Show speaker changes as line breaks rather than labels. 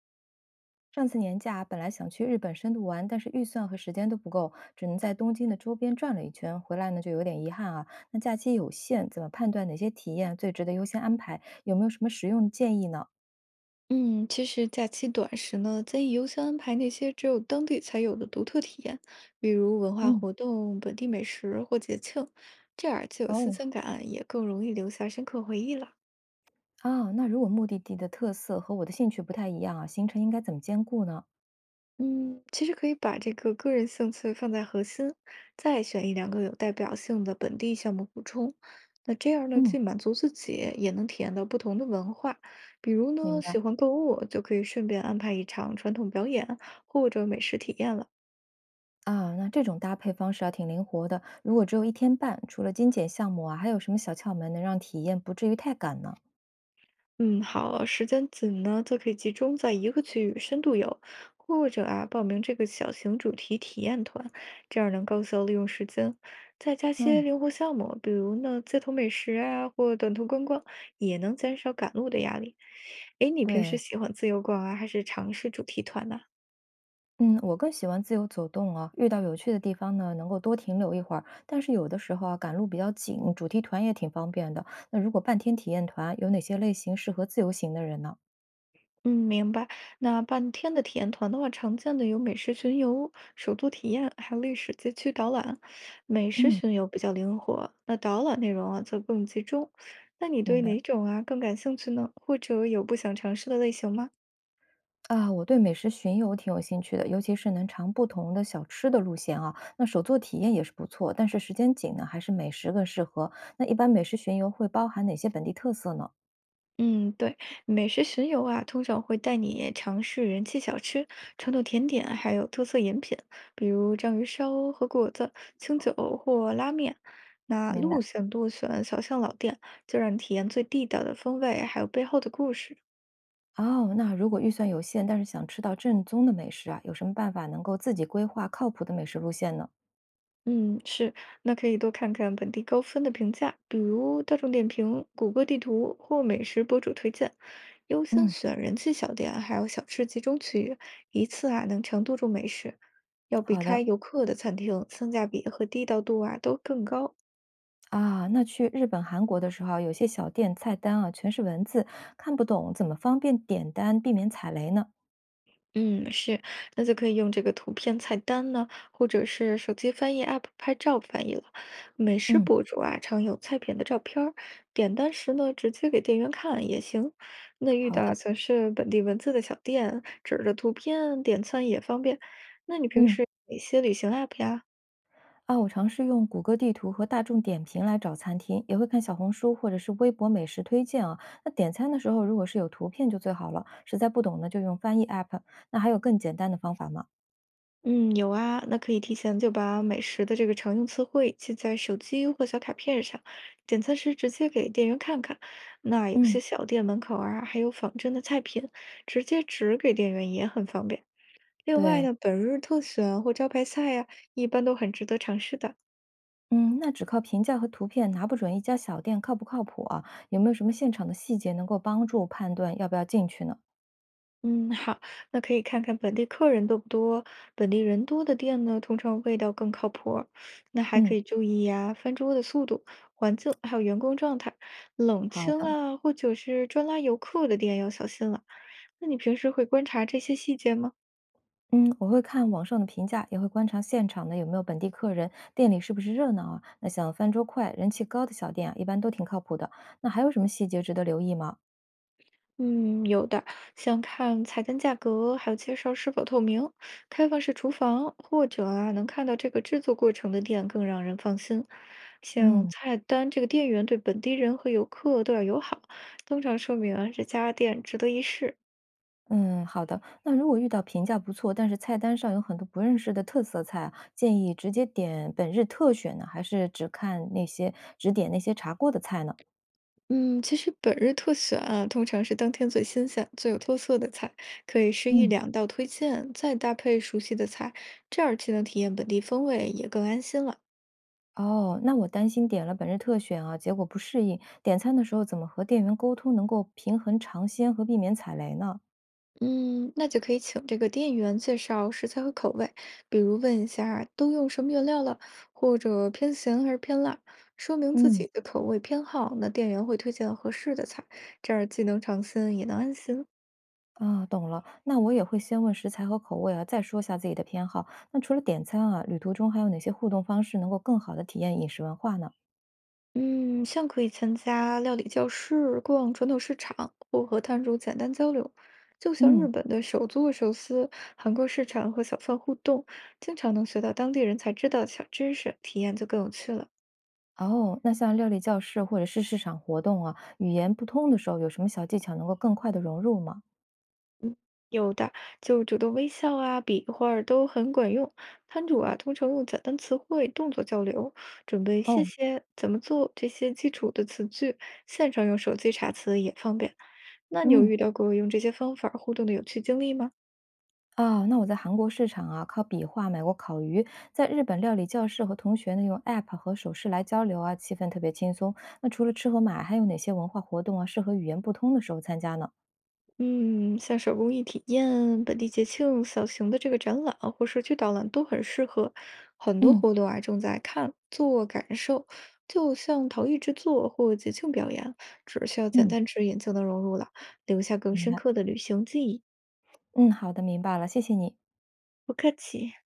上次年假本来想去日本深度玩，但是预算和时间都不够，只能在东京的周边转了一圈，回来呢就有点遗憾啊。那假期有限，怎么判断哪些体验最值得优先安排？有没有什么实用建议呢？
嗯，其实假期短时呢，建议优先安排那些只有当地才有的独特体验，比如文化
嗯，
活动、本地美食或节庆，这样既有新
哦，
鲜感，也更容易留下深刻回忆了。
啊，那如果目的地的特色和我的兴趣不太一样啊，行程应该怎么兼顾呢？
嗯，其实可以把这个个人兴趣放在核心，再选一两个有代表性的本地项目补充。那这样呢，
嗯，
既满足自己，也能体验到不同的文化。比如
明
呢，
白
喜欢购物，就可以顺便安排一场传统表演或者美食体验了。
啊。那这种搭配方式啊挺灵活的。如果只有一天半，除了精简项目啊，还有什么小窍门能让体验不至于太赶呢？
嗯，好，时间紧呢，就可以集中在一个区域深度游，或者啊报名这个小型主题体验团，这样能高效利用时间。再加些
嗯，
灵活项目，比如呢街头美食啊，或短途观光，也能减少赶路的压力。诶，你平时
对。
喜欢自由逛啊，还是尝试主题团呢？
嗯，我更喜欢自由走动啊，遇到有趣的地方呢，能够多停留一会儿。但是有的时候啊，赶路比较紧，主题团也挺方便的。那如果半天体验团，有哪些类型适合自由行的人呢？
嗯，明白。那半天的体验团的话，常见的有美食巡游、首都体验，还有历史街区导览。美食
嗯，
巡游比较灵活，那导览内容啊则更集中。那你
明
对
白。
哪种啊更感兴趣呢？或者有不想尝试的类型吗？
啊，我对美食巡游挺有兴趣的，尤其是能尝不同的小吃的路线啊。那手作体验也是不错，但是时间紧呢，还是美食更适合。那一般美食巡游会包含哪些本地特色呢？
嗯，对，美食巡游啊，通常会带你尝试人气小吃、传统甜点，还有特色饮品，比如章鱼烧和果子、清酒或拉面。那
明白。
路线多选小巷老店，就让你体验最地道的风味，还有背后的故事。
哦，那如果预算有限，但是想吃到正宗的美食啊，有什么办法能够自己规划靠谱的美食路线呢？
嗯，是，那可以多看看本地高分的评价，比如大众点评、谷歌地图或美食博主推荐，优先
嗯，
选人气小店，还有小吃集中区域，一次啊能常多住美食，要避
好
开
的
游客的餐厅，性价比和地道度啊都更高。
啊，那去日本、韩国的时候啊有些小店菜单啊全是文字，看不懂，怎么方便点单，避免踩雷呢？
嗯，是，那就可以用这个图片菜单呢，或者是手机翻译 App 拍照翻译了。美食
嗯，
博主啊，常有菜品的照片儿，点单时呢，直接给店员看也行。那遇
好
到
的，
全是本地文字的小店，指着图片点餐也方便。那你平
嗯
时哪些旅行 App 呀？
啊，我尝试用谷歌地图和大众点评来找餐厅，也会看小红书或者是微博美食推荐啊。那点餐的时候，如果是有图片就最好了，实在不懂呢，就用翻译 app。那还有更简单的方法吗？
嗯，有啊，那可以提前就把美食的这个常用词汇记在手机或小卡片上，点餐时直接给店员看看。那有
嗯，
些小店门口啊，还有仿真的菜品，直接指给店员也很方便。另外
对。
呢，本日特选或招牌菜呀、一般都很值得尝试的。
嗯，那只靠评价和图片拿不准一家小店靠不靠谱啊？有没有什么现场的细节能够帮助判断要不要进去呢？
嗯，好，那可以看看本地客人多不多，本地人多的店呢，通常味道更靠谱儿那还可
嗯，
以注意呀，翻桌的速度、环境，还有员工状态。冷
好
清
的。
啊，或者是专拉游客的店要小心了。那你平时会观察这些细节吗？
嗯，我会看网上的评价，也会观察现场的有没有本地客人，店里是不是热闹啊？那像翻桌快、人气高的小店啊，一般都挺靠谱的。那还有什么细节值得留意吗？
嗯，有的，像看菜单价格，还有介绍是否透明、开放式厨房，或者啊能看到这个制作过程的店更让人放心。像
嗯
菜单，这个店员对本地人和游客都要友好，通常说明啊这家店值得一试。
嗯，好的。那如果遇到评价不错，但是菜单上有很多不认识的特色菜啊建议直接点本日特选呢，还是只看那些只点那些查过的菜呢？
嗯，其实本日特选啊，通常是当天最新鲜、最有特色的菜，可以是一
嗯
两道推荐，再搭配熟悉的菜，这样既能体验本地风味，也更安心了。
哦，那我担心点了本日特选啊，结果不适应，点餐的时候怎么和店员沟通能够平衡尝鲜和避免踩雷呢？
嗯，那就可以请这个店员介绍食材和口味，比如问一下都用什么原料了，或者偏咸还是偏辣，说明自
嗯，
己的口味偏好，那店员会推荐合适的菜，这样既能尝新也能安心。
啊，懂了，那我也会先问食材和口味啊，再说下自己的偏好。那除了点餐啊，旅途中还有哪些互动方式能够更好的体验饮食文化呢？
嗯，像可以参加料理教室、逛传统市场，或和摊主简单交流，就像日
嗯，
本的手作寿司、韩国市场和小贩互动，经常能学到当地人才知道的小知识，体验就更有趣了。
哦，那像料理教室或者是市场活动啊，语言不通的时候，有什么小技巧能够更快的融入吗？
有的，就主动微笑啊、比划儿都很管用。摊主啊，通常用简单词汇、动作交流，准备谢
哦，
谢、怎么做这些基础的词句，线上用手机查词也方便。那你有
嗯。
遇到过用这些方法儿互动的有趣经历吗？
啊，那我在韩国市场啊，靠比划买过烤鱼，在日本料理教室和同学呢用 App 和手势来交流啊，气氛特别轻松。那除了吃和买，还有哪些文化活动啊，适合语言不通的时候参加呢？
嗯，像手工艺体验、本地节庆、小型的这个展览啊或社区导览都很适合。很多
嗯
活动啊，重在看、做、感受，就像陶艺制作或节庆表演，只需要简
嗯，
单指引就能融入了，留下更
明
深
白。
刻的旅行记忆。
嗯，好的，明白了，谢谢你。
不客气。